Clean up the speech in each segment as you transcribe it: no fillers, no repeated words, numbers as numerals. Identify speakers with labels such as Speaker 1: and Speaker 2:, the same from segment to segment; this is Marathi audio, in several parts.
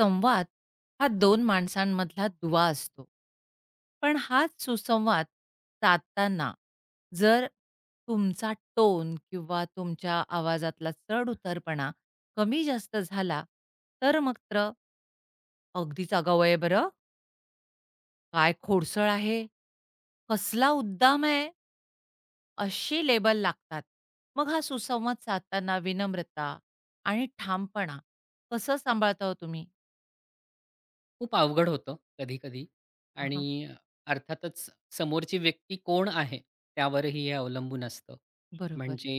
Speaker 1: संवाद हा 2 माणसांमधला दुवा असतो. पण हाच सुसंवाद साधताना जर तुमचा टोन किंवा तुमच्या आवाजातला चढ-उतारपणा कमी-जास्त झाला, तर मात्र "अगदीच आगाऊ आहे बरं, काय खोडसळ आहे, कसला उद्दाम आहे" अशी लेबल लागतात. मग हा सुसंवाद साधताना विनम्रता आणि ठामपणा कसं सांभाळता हो तुम्ही?
Speaker 2: खूप अवघड होतं कधी-कधी आणि
Speaker 1: हां,
Speaker 2: अर्थातच समोरची व्यक्ती कोण आहे, त्यावरही हे अवलंबून असतं.
Speaker 1: बरोबर.
Speaker 2: म्हणजे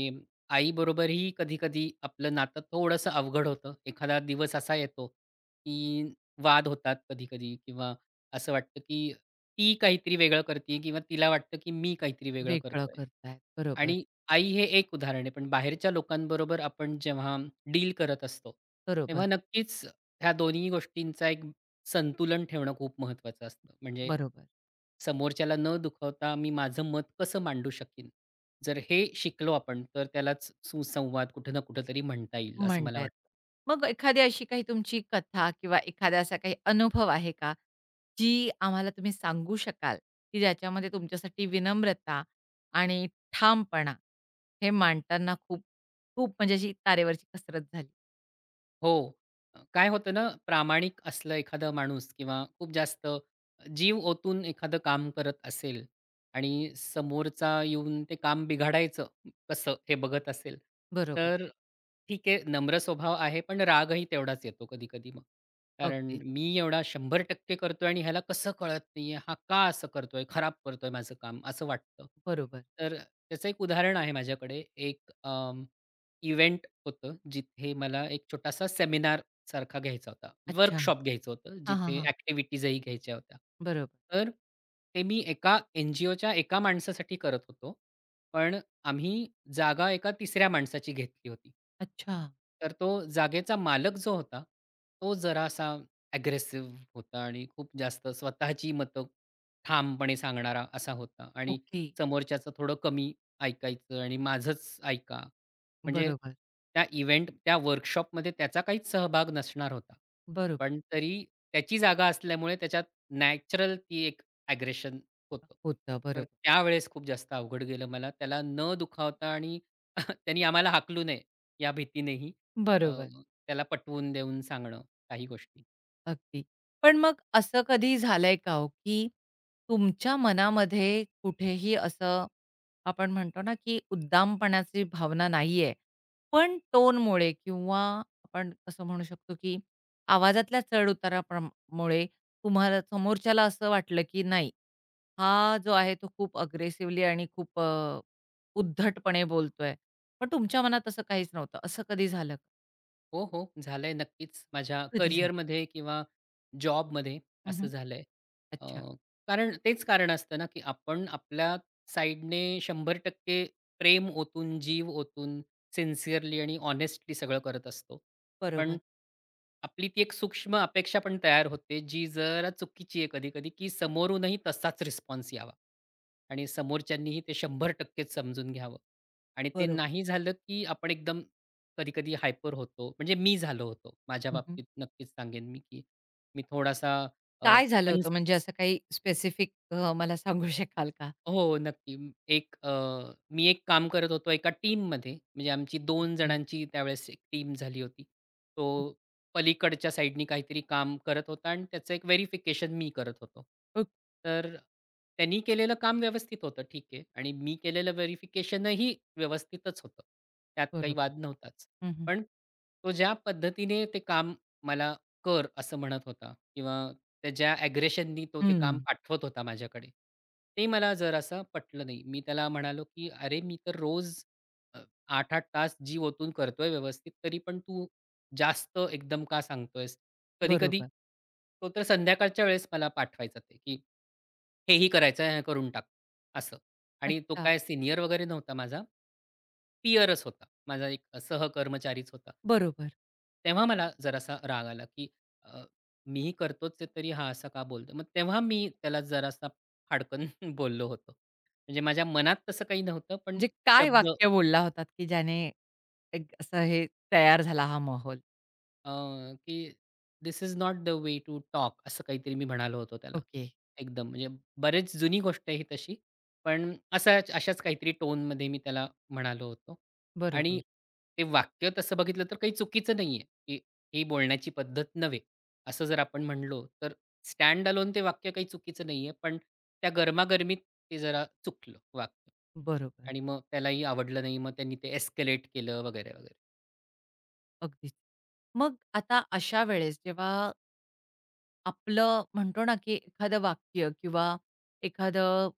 Speaker 2: आईबरोबरही कधी-कधी आपलं नातं थोडंसं अवघड होतं. एखादा दिवस असा येतो, की वाद होतात कधी-कधी किंवा असं वाटतं, की ती काहीतरी वेगळं करतीये किंवा तिला वाटतं, की मी काहीतरी वेगळं
Speaker 1: वेगळं
Speaker 2: करतोय.
Speaker 1: करतायत. बरोबर,
Speaker 2: आणि आई हे एक उदाहरण आहे, पण बाहेरच्या लोकांबरोबर आपण जेव्हा डील करत असतो, तेव्हा
Speaker 1: बरोबर,
Speaker 2: नक्कीच ह्या दोन्ही गोष्टींचा एक संतुलन ठेवणं खूप महत्त्वाचं असतं. म्हणजे
Speaker 1: बरोबर
Speaker 2: समोरच्याला न दुखवता मी माझं मत कसं मांडू शकीन? जर हे शिकलो आपण, तर त्यालाच सुसंवाद कुठे ना कुठेतरी म्हणता येईल, असं मला.
Speaker 1: म्हणतायत. मग एखादी अशी काही तुमची कथा किंवा एखादा असा काही अनुभव आहे का, जी आम्हाला तुम्ही सांगू शकाल, की ज्याच्यामध्ये तुमच्यासाठी विनम्रता आणि ठामपणा हे मांडताना खूप, खूप म्हणजे अशी तारेवरची कसरत झाली?
Speaker 2: हो. काय होतं ना, प्रामाणिक असलं एखादा माणूस किंवा खूप जास्त जीव ओतून एखादं काम करत असेल आणि समोरचा येऊन ते काम बिघाडायचं कसं हे बघत असेल,
Speaker 1: बरोबर.
Speaker 2: तर ठीक आहे, नम्र स्वभाव आहे, पण रागही तेवढाच येतो कधी-कधी मग. कारण
Speaker 1: अगदीच.
Speaker 2: मी एवढा 100% करतोय आणि ह्याला कसं कळत नाहीये, हा का असं करतोय, खराब करतोय माझं काम, असं वाटतं.
Speaker 1: बरोबर.
Speaker 2: तर त्याचं एक उदाहरण आहे माझ्याकडे. एक इव्हेंट होतं, जिथे मला एक छोटासा सेमिनार सारखा घ्यायचा होता.
Speaker 1: अच्छा.
Speaker 2: वर्कशॉप घ्यायचं होतं,
Speaker 1: हां, हां,
Speaker 2: जिथे
Speaker 1: हां.
Speaker 2: ॲक्टिव्हिटीजही घ्यायच्या होत्या.
Speaker 1: बरोबर.
Speaker 2: तर ते मी एका एन-जी-ओच्या एका माणसासाठी करत होतो. पण आम्ही जागा एका तिसऱ्या माणसाची घेतली होती.
Speaker 1: अच्छा.
Speaker 2: तर तो जागेचा मालक जो होता, तो जरासा अग्रेसिव्ह होता आणि खूप जास्त स्वतःची मतं ठामपणे सांगणारा असा होता आणि
Speaker 1: ओके.
Speaker 2: समोरच्याचं थोडं कमी ऐकायचं आणि माझंच ऐका म्हणजे
Speaker 1: बरोबर,
Speaker 2: त्या इव्हेंट त्या वर्कशॉपमध्ये त्याचा काहीच सहभाग नसणार होता.
Speaker 1: बरोबर.
Speaker 2: पण तरी त्याची जागा असल्यामुळे त्याच्यात नॅचरल ती एक अग्रेशन होतं.
Speaker 1: होतं.
Speaker 2: तर
Speaker 1: बरोबर.
Speaker 2: त्यावेळेस खूप जास्त अवघड गेलं मला. त्याला न दुखावता आणि त्यांनी आम्हाला हाकलू नये या भीतीनेही अ,
Speaker 1: बरोबर.
Speaker 2: त्याला पटवून देऊन सांगणं काही गोष्टी.
Speaker 1: अगदी. पण मग असं कधी झालंय का हो, की तुमच्या मनामध्ये कुठेही असं आपण म्हणतो ना, की उद्दामपणाची भावना नाहीये, पण टोनमुळे किंवा आपण असं म्हणू शकतो, की आवाजातल्या चढ-उताराप्रम मुळे तुम्हाला समोरच्याला असं वाटलं, की नाही, हा जो आहे तो खूप अग्रेसिव्हली आणि खूप उद्धटपणे बोलतोय. पण तुमच्या मनात असं काहीच नव्हतं. असं कधी झालं? का?
Speaker 2: हो, हो, झालंय नक्कीच. माझ्या
Speaker 1: कधी झालं.
Speaker 2: करिअरमध्ये किंवा जॉबमध्ये असं
Speaker 1: हं,
Speaker 2: झालंय. अ,
Speaker 1: अच्छा.
Speaker 2: कारण तेच कारण असतं ना, की आपण आपल्या साईडने 100% प्रेम ओतून, जीव ओतून, सिन्सिअरली आणि हॉनेस्टली सगळं करत असतो. पण
Speaker 1: बरोबर,
Speaker 2: आपली ती एक सूक्ष्म अपेक्षा पण तयार होते, जी जरा चुकीची आहे कधी-कधी, की समोरूनही तसाच रिस्पॉन्स यावा आणि समोरच्यांनीही ते 100%च समजून घ्यावं आणि ते
Speaker 1: बरोबर.
Speaker 2: नाही झालं, की आपण एकदम कधी-कधी हायपर होतो. म्हणजे मी झालो होतो. माझ्या बाबतीत नक्कीच सांगेन मी, की मी थोडासा.
Speaker 1: काय झालं होतं? म्हणजे असं काही स्पेसिफिक मला सांगू शकाल का?
Speaker 2: हो, नक्की. एक अ, मी एक काम करत होतो एका टीममध्ये. म्हणजे आमची 2
Speaker 1: ओके.
Speaker 2: जणांची त्यावेळेस एक टीम झाली होती. तो पलीकडच्या साईडनी काहीतरी काम करत होता आणि त्याचं एक व्हेरिफिकेशन मी करत होतो.
Speaker 1: ओक
Speaker 2: तर त्यांनी केलेलं काम व्यवस्थित होतं, ठीक आहे. आणि मी केलेलं व्हेरिफिकेशनही व्यवस्थितच होतं. त्यात काही
Speaker 1: बरोबर.
Speaker 2: वाद नव्हताच.
Speaker 1: हं, हं.
Speaker 2: पण तो ज्या पद्धतीने ते काम मला कर असं म्हणत होता किंवा त्याच्या ॲग्रेशननी तो ते काम पाठवत होता माझ्याकडे. ते मला जरासं पटलं नाही. मी त्याला म्हणालो, की "अरे, मी तर रोज अ, 8-8 तास जीव ओतून करतोय व्यवस्थित, तरी पण तू जास्त एकदम का सांगतोयस?" कधी-कधी
Speaker 1: बरोबर.
Speaker 2: तो तर संध्याकाळच्या वेळेस मला पाठवायचा ते, की "हेही करायचंय, हे करून टाक," असं. आणि तो
Speaker 1: अच्छा.
Speaker 2: काय सीनियर वगैरे नव्हता माझा. पीअरच होता. माझा एक सहकर्मचारीच होता.
Speaker 1: बरोबर.
Speaker 2: तेव्हा मला जरासा राग आला, की मीही करतोच आहे तरी हा असं का बोलतो? मग तेव्हा मी त्याला जरासा फाडकन बोललो होतो. म्हणजे माझ्या मनात तसं काही नव्हतं, पण
Speaker 1: म्हणजे काय
Speaker 2: शब्द.
Speaker 1: वाक्य बोलला होतात, की ज्याने एक असं हे तयार झाला हा माहोल?
Speaker 2: अ, की "this is not the way to talk" असं काहीतरी मी म्हणालो होतो त्याला.
Speaker 1: ओके.
Speaker 2: एकदम म्हणजे बरेच जुनी गोष्ट आहे ही तशी. पण असाच अशाच काहीतरी टोनमध्ये मी त्याला म्हणालो होतो.
Speaker 1: बरोबर,
Speaker 2: आणि ते वाक्य तसं बघितलं तर काही चुकीचं नाहीये, की ही बोलण्याची पद्धत नव्हे, असं जर आपण म्हणलो तर स्टँड अलोन ते वाक्य काही चुकीचं नाहीये. पण त्या गरमागरमीत ते जरा चुकलं वाक्य.
Speaker 1: बरोबर.
Speaker 2: आणि मग त्यालाही आवडलं नाही. मग त्यांनी ते एस्केलेट केलं वगैरे, वगैरे.
Speaker 1: अगदीच. मग आता अशा वेळेस जेव्हा आपलं म्हणतो ना, की एखादं वाक्य किंवा एखादं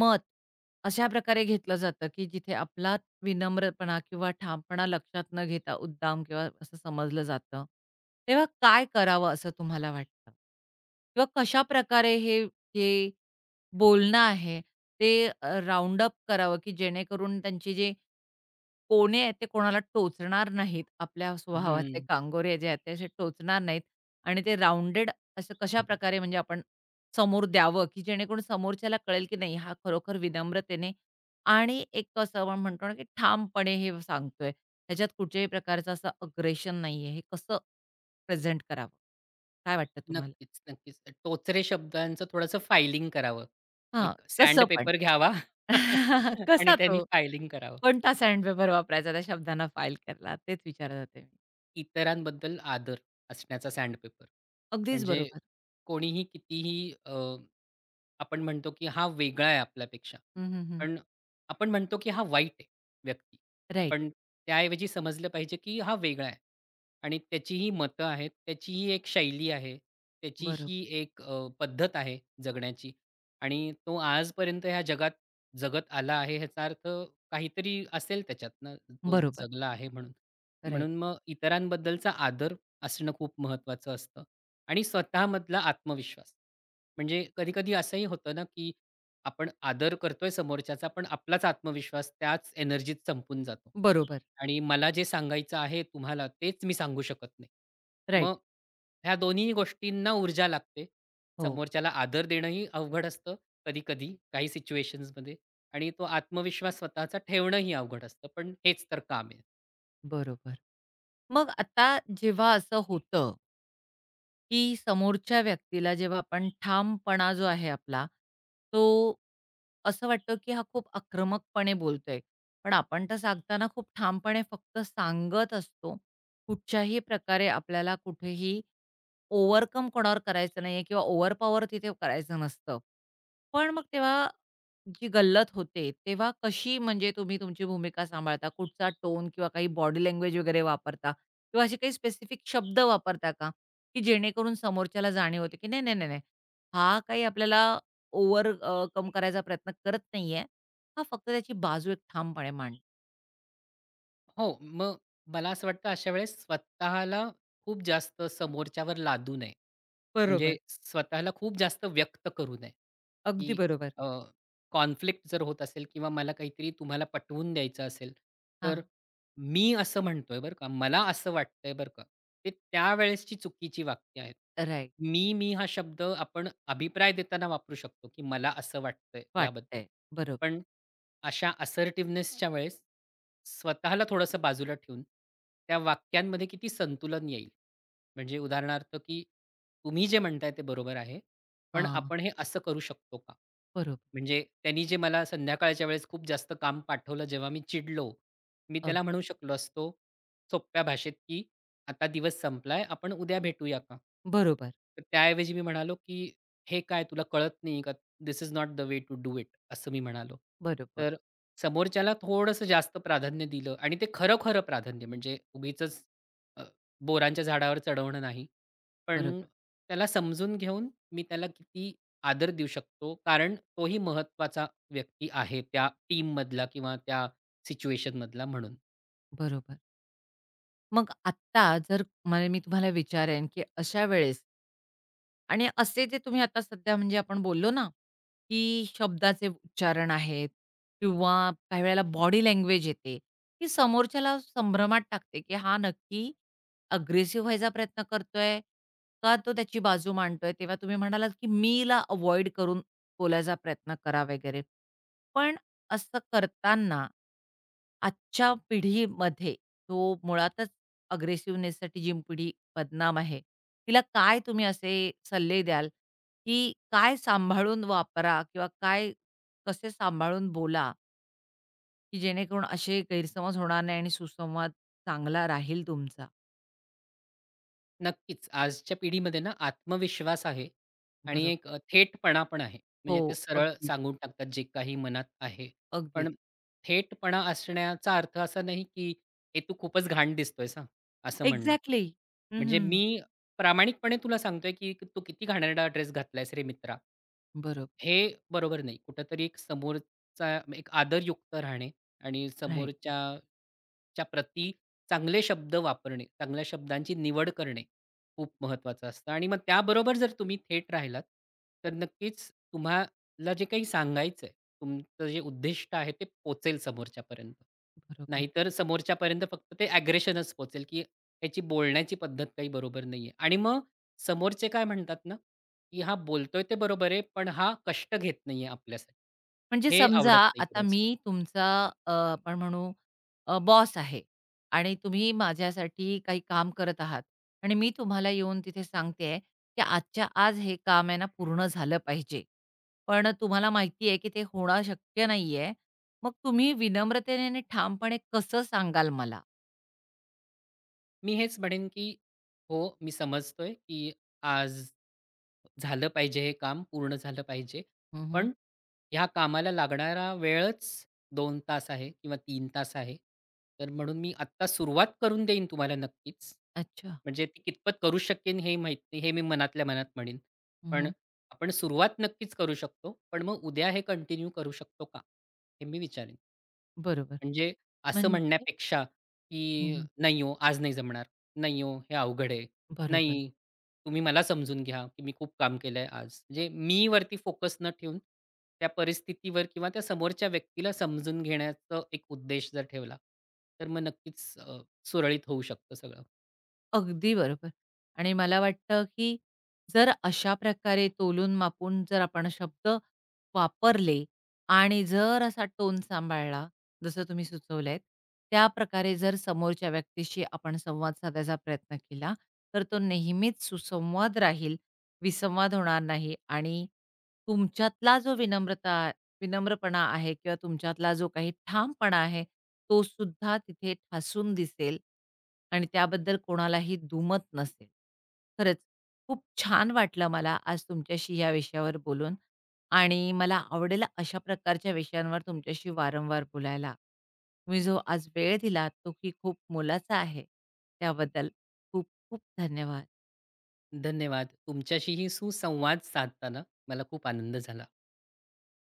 Speaker 1: मत अशा प्रकारे घेतलं जातं, की जिथे आपला विनम्रपणा किंवा ठामपणा लक्षात न घेता उद्दाम किंवा असं समजलं जातं. तेव्हा काय करावं असं तुम्हाला वाटतं? किंवा कशाप्रकारे हे जे बोलणं आहे ते अप करावं, की जेणेकरून त्यांची जे कोणे आहेत ते कोणाला टोचणार नाहीत. आपल्या स्वभावाचे कांगोरे जे आहेत ते असे टोचणार नाहीत आणि ते राउंडेड असं कशाप्रकारे म्हणजे आपण समोर द्यावं, की जेणेकरून समोरच्याला कळेल की नाही हा खरोखर विनम्रतेने आणि एक असं आपण म्हणतो ना, की ठामपणे हे सांगतोय. ह्याच्यात कुठच्याही प्रकारचं असं अग्रेशन नाहीये. हे कसं प्रेझेंट करावं? काय वाटतं तुम्हाला?
Speaker 2: नक्कीच, नक्कीच. टोचरे शब्दांचं थोडंसं फायलिंग करावं.
Speaker 1: हां,
Speaker 2: एक सँड
Speaker 1: कसं पण?
Speaker 2: पेपर घ्यावा आणि
Speaker 1: कसा
Speaker 2: त्यांनी
Speaker 1: तो?
Speaker 2: फायलिंग करावं.
Speaker 1: कोणता सँडपेपर वापरायचा त्या शब्दांना फाईल करायला? तेच विचारत होते मी.
Speaker 2: इतरांबद्दल आदर असण्याचा सँडपेपर.
Speaker 1: अगदीच
Speaker 2: म्हणजे
Speaker 1: बरोबर.
Speaker 2: कोणीही कितीही, आपण म्हणतो की हा वेगळा आहे आपल्यापेक्षा.
Speaker 1: हं, हं, हं.
Speaker 2: पण आपण म्हणतो की हा वाईट आहे व्यक्ती.
Speaker 1: राइट.
Speaker 2: पण त्याऐवजी समजलं पाहिजे की हा वेगळा आहे आणि त्याचीही मतं आहेत, त्याचीही एक शैली आहे,
Speaker 1: बरो
Speaker 2: त्याचीही एक पद्धत आहे जगण्याची आणि तो आजपर्यंत ह्या जगात जगत आला आहे ह्याचा अर्थ काहीतरी असेल त्याच्यातनं तो
Speaker 1: बरोबर.
Speaker 2: जगला आहे म्हणून.
Speaker 1: राइट.
Speaker 2: म्हणून मग इतरांबद्दलचा आदर असणं खूप महत्त्वाचं असतं आणि स्वतःमधला आत्मविश्वास. म्हणजे कधी-कधी असंही होतं ना, की आपण आदर करतोय समोरच्याचा, पण आपलाच आत्मविश्वास त्याच एनर्जीत संपून जातो.
Speaker 1: बरोबर.
Speaker 2: आणि मला जे सांगायचं आहे तुम्हाला, तेच मी सांगू शकत नाही.
Speaker 1: राइट.
Speaker 2: मग ह्या दोन्ही गोष्टींना ऊर्जा लागते.
Speaker 1: हो.
Speaker 2: समोरच्याला आदर देणंही अवघड असतं कधी-कधी, काही सिच्युएशन्समध्ये आणि तो आत्मविश्वास स्वतःचा ठेवणंही अवघड असतं. पण हेच तर काम आहे.
Speaker 1: बरोबर. मग आता जेव्हा असं होतं, की समोरच्या व्यक्तीला जेव्हा आपण ठामपणा जो आहे आपला, तो असं वाटतं, की हा खूप आक्रमकपणे बोलतोय. पण आपण तर सांगताना खूप ठामपणे फक्त सांगत असतो. कुठच्याही प्रकारे आपल्याला कुठेही ओव्हरकम कोणावर करायचं नाहीये किंवा ओव्हरपॉवर तिथे करायचं नसतं. पण मग तेव्हा जी गल्लत होते, तेव्हा कशी म्हणजे तुम्ही तुमची भूमिका सांभाळता? कुठचा टोन किंवा काही बॉडी लँग्वेज वगैरे वापरता? किंवा असे काही स्पेसिफिक शब्द वापरता का? की जेणेकरून समोरच्याला जाणीव होते, की नाही, नाही, नाही, नाही. हा काही आपल्याला ओव्हर अ, कम करायचा प्रयत्न करत नाहीये. हा फक्त त्याची बाजू एक ठामपणे मांडतो.
Speaker 2: हो, मग मला असं वाटतं अशा वेळेस स्वतःला खूप जास्त समोरच्यावर लादू नये. म्हणजे
Speaker 1: बरोबर.
Speaker 2: स्वतःला खूप जास्त व्यक्त करू नये,
Speaker 1: अगदी
Speaker 2: की
Speaker 1: बरोबर.
Speaker 2: अ, कॉन्फ्लिक्ट जर होत असेल किंवा मला काहीतरी तुम्हाला पटवून द्यायचं असेल,
Speaker 1: हां,
Speaker 2: तर मी असं म्हणतोय बरं का, मला असं वाटतंय बरं का, ते त्यावेळेसची चुकीची वाक्य आहेत.
Speaker 1: राइट.
Speaker 2: मी हा शब्द आपण अभिप्राय देताना वापरू शकतो, की मला असं वाटतंय याबद्दल.
Speaker 1: वाटतंय. बरोबर.
Speaker 2: पण अशा असर्टिव्हनेसच्या वेळेस स्वतःला थोडंसं बाजूला ठेवून त्या वाक्यांमध्ये किती संतुलन येईल? म्हणजे उदाहरणार्थ, की तुम्ही जे म्हणताय ते बरोबर आहे, पण
Speaker 1: हां,
Speaker 2: आपण हे असं करू शकतो का?
Speaker 1: बरोबर.
Speaker 2: म्हणजे त्यांनी जे मला संध्याकाळच्या वेळेस खूप जास्त काम पाठवलं जेव्हा मी चिडलो, मी
Speaker 1: अग
Speaker 2: त्याला म्हणू शकलो असतो सोप्या भाषेत, की "आता दिवस संपलाय, आपण उद्या भेटूया का?"
Speaker 1: बरोबर,
Speaker 2: तर त्याऐवजी मी म्हणालो, की "हे काय तुला कळत नाही का? This is not the way to do it" असं मी म्हणालो.
Speaker 1: बरोबर,
Speaker 2: तर समोरच्याला थोडंसं जास्त प्राधान्य दिलं आणि ते खरं-खरं प्राधान्य म्हणजे उगीचच अ, बोरांच्या झाडावर चढवणं नाही. पण
Speaker 1: बरोबर,
Speaker 2: त्याला समजून घेऊन मी त्याला किती आदर देऊ शकतो. कारण तोही महत्वाचा व्यक्ती आहे त्या टीममधला किंवा त्या सिच्युएशनमधला म्हणून.
Speaker 1: बरोबर. मग आत्ता जर मला मी तुम्हाला विचारेन, की अशा वेळेस, आणि असे जे तुम्ही आता सध्या म्हणजे आपण बोललो ना, की शब्दाचे उच्चारण आहेत किंवा काही वेळेला बॉडी लँग्वेज येते, की समोरच्याला संभ्रमात टाकते, की हा नक्की अग्रेसिव्ह व्हायचा प्रयत्न करतोय का तो त्याची बाजू मांडतोय. तेव्हा तुम्ही म्हणालात, की मीला अव्हॉइड करून बोलायचा प्रयत्न करा वगैरे. पण असं करताना आजच्या पिढीमध्ये जो मुळातच अग्रेसिव्हनेससाठी जी पिढी बदनाम आहे. तिला काय तुम्ही असे सल्ले द्याल, की काय सांभाळून वापरा किंवा काय कसे सांभाळून बोला, की जेणेकरून असे गैरसमज होणार नाही आणि सुसंवाद चांगला राहील तुमचा?
Speaker 2: नक्कीच. आजच्या पिढीमध्ये ना आत्मविश्वास आहे आणि
Speaker 1: बरोबर.
Speaker 2: एक थेटपणा पण आहे. म्हणजे ते
Speaker 1: हो,
Speaker 2: सरळ
Speaker 1: अगदीच,
Speaker 2: सांगून टाकतात जे काही मनात आहे.
Speaker 1: अगदीच.
Speaker 2: पण थेटपणा असण्याचा अर्थ असा नाही, की "हे तू खूपच घाण दिसतोयस हां," असं म्हणणं.
Speaker 1: एक्झॅक्टली. हं,
Speaker 2: म्हणजे
Speaker 1: हं.
Speaker 2: मी प्रामाणिकपणे तुला सांगतोय, की "तू किती घाणेरडा ड्रेस घातलायस रे मित्रा."
Speaker 1: बरोबर.
Speaker 2: हे बरोबर नाही. कुठेतरी एक समोरचा एक आदरयुक्त राहणे आणि
Speaker 1: राइट.
Speaker 2: समोरच्याच्या प्रती चांगले शब्द वापरणे, चांगल्या शब्दांची निवड करणे खूप महत्त्वाचं असतं आणि मग त्याबरोबर जर तुम्ही थेट राहिलात, तर नक्कीच तुम्हाला जे काही सांगायचं आहे, तुमचं जे उद्दिष्ट आहे ते पोहचेल समोरच्यापर्यंत.
Speaker 1: बरोबर.
Speaker 2: नाहीतर समोरच्यापर्यंत फक्त ते अग्रेशनच पोहचेल, की ह्याची बोलण्याची पद्धत काही बरोबर नाहीये. आणि मग समोरचे काय म्हणतात ना, की "हा बोलतोय ते बरोबर आहे, पण हा कष्ट घेत नाहीये आपल्यासाठी."
Speaker 1: म्हणजे
Speaker 2: हे
Speaker 1: समजा
Speaker 2: आवडत नाही
Speaker 1: आता
Speaker 2: बऱ्याच
Speaker 1: मी
Speaker 2: लोकांना.
Speaker 1: तुमचा आपण म्हणू बॉस आहे आणि तुम्ही माझ्यासाठी काही काम करत आहात आणि मी तुम्हाला येऊन तिथे सांगतेय, की आजच्या आज हे काम आहे ना पूर्ण झालं पाहिजे. पण तुम्हाला माहिती आहे, की ते होणं शक्य नाहीये. मग तुम्ही विनम्रतेने आणि ठामपणे कसं सांगाल मला?
Speaker 2: मी हेच म्हणेन, की हो, मी समजतोय, की आज झालं पाहिजे हे काम, पूर्ण झालं पाहिजे.
Speaker 1: हं,
Speaker 2: पण ह्या कामाला लागणारा वेळच 2 तास आहे किंवा 3 तास आहे. तर म्हणून मी आत्ता सुरुवात करून देईन तुम्हाला नक्कीच.
Speaker 1: अच्छा.
Speaker 2: म्हणजे ती कितपत करू शकेन हे माहीत नाही, हे मी मनातल्या मनात म्हणेन. पण
Speaker 1: हं,
Speaker 2: आपण सुरुवात नक्कीच करू शकतो. पण मग उद्या हे कंटिन्यू करू शकतो का? हे मी विचारेन.
Speaker 1: बरोबर.
Speaker 2: म्हणजे असं
Speaker 1: म्हणजे
Speaker 2: म्हणण्यापेक्षा, की
Speaker 1: हं,
Speaker 2: "नाही हो, आज नाही जमणार. नाही हो, हे अवघड आहे.
Speaker 1: बरोबर.
Speaker 2: नाही, तुम्ही मला समजून घ्या, की मी खूप काम केलंय आज." म्हणजे मी वरती फोकस न ठेवून त्या परिस्थितीवर किंवा त्या समोरच्या व्यक्तीला समजून घेण्याचा एक उद्देश जर ठेवला, तर मग नक्कीच सुरळीत होऊ शकतं सगळं.
Speaker 1: अगदी बरोबर. आणि मला वाटतं, की जर अशा प्रकारे तोलून मापून जर आपण शब्द वापरले आणि जर असा टोन सांभाळला, जसं तुम्ही सुचवलंय, त्या प्रकारे जर समोरच्या व्यक्तीशी आपण संवाद साधायचा प्रयत्न केला, तर तो नेहमीच सुसंवाद राहील, विसंवाद होणार नाही आणि तुमच्यातला जो विनम्रपणा आहे किंवा तुमच्यातला जो काही ठामपणा आहे, तो सुद्धा तिथे ठासून दिसेल आणि त्याबद्दल कोणालाही दुमत नसेल. खरंच खूप छान वाटलं मला आज तुमच्याशी या विषयावर बोलून आणि मला आवडेल अशा प्रकारच्या विषयांवर तुमच्याशी वारंवार बोलायला. तुम्ही जो आज वेळ दिलात, तो ही खूप मोलाचा आहे. त्याबद्दल खूप खूप धन्यवाद.
Speaker 2: धन्यवाद. तुमच्याशीही सुसंवाद साधताना मला खूप आनंद झाला.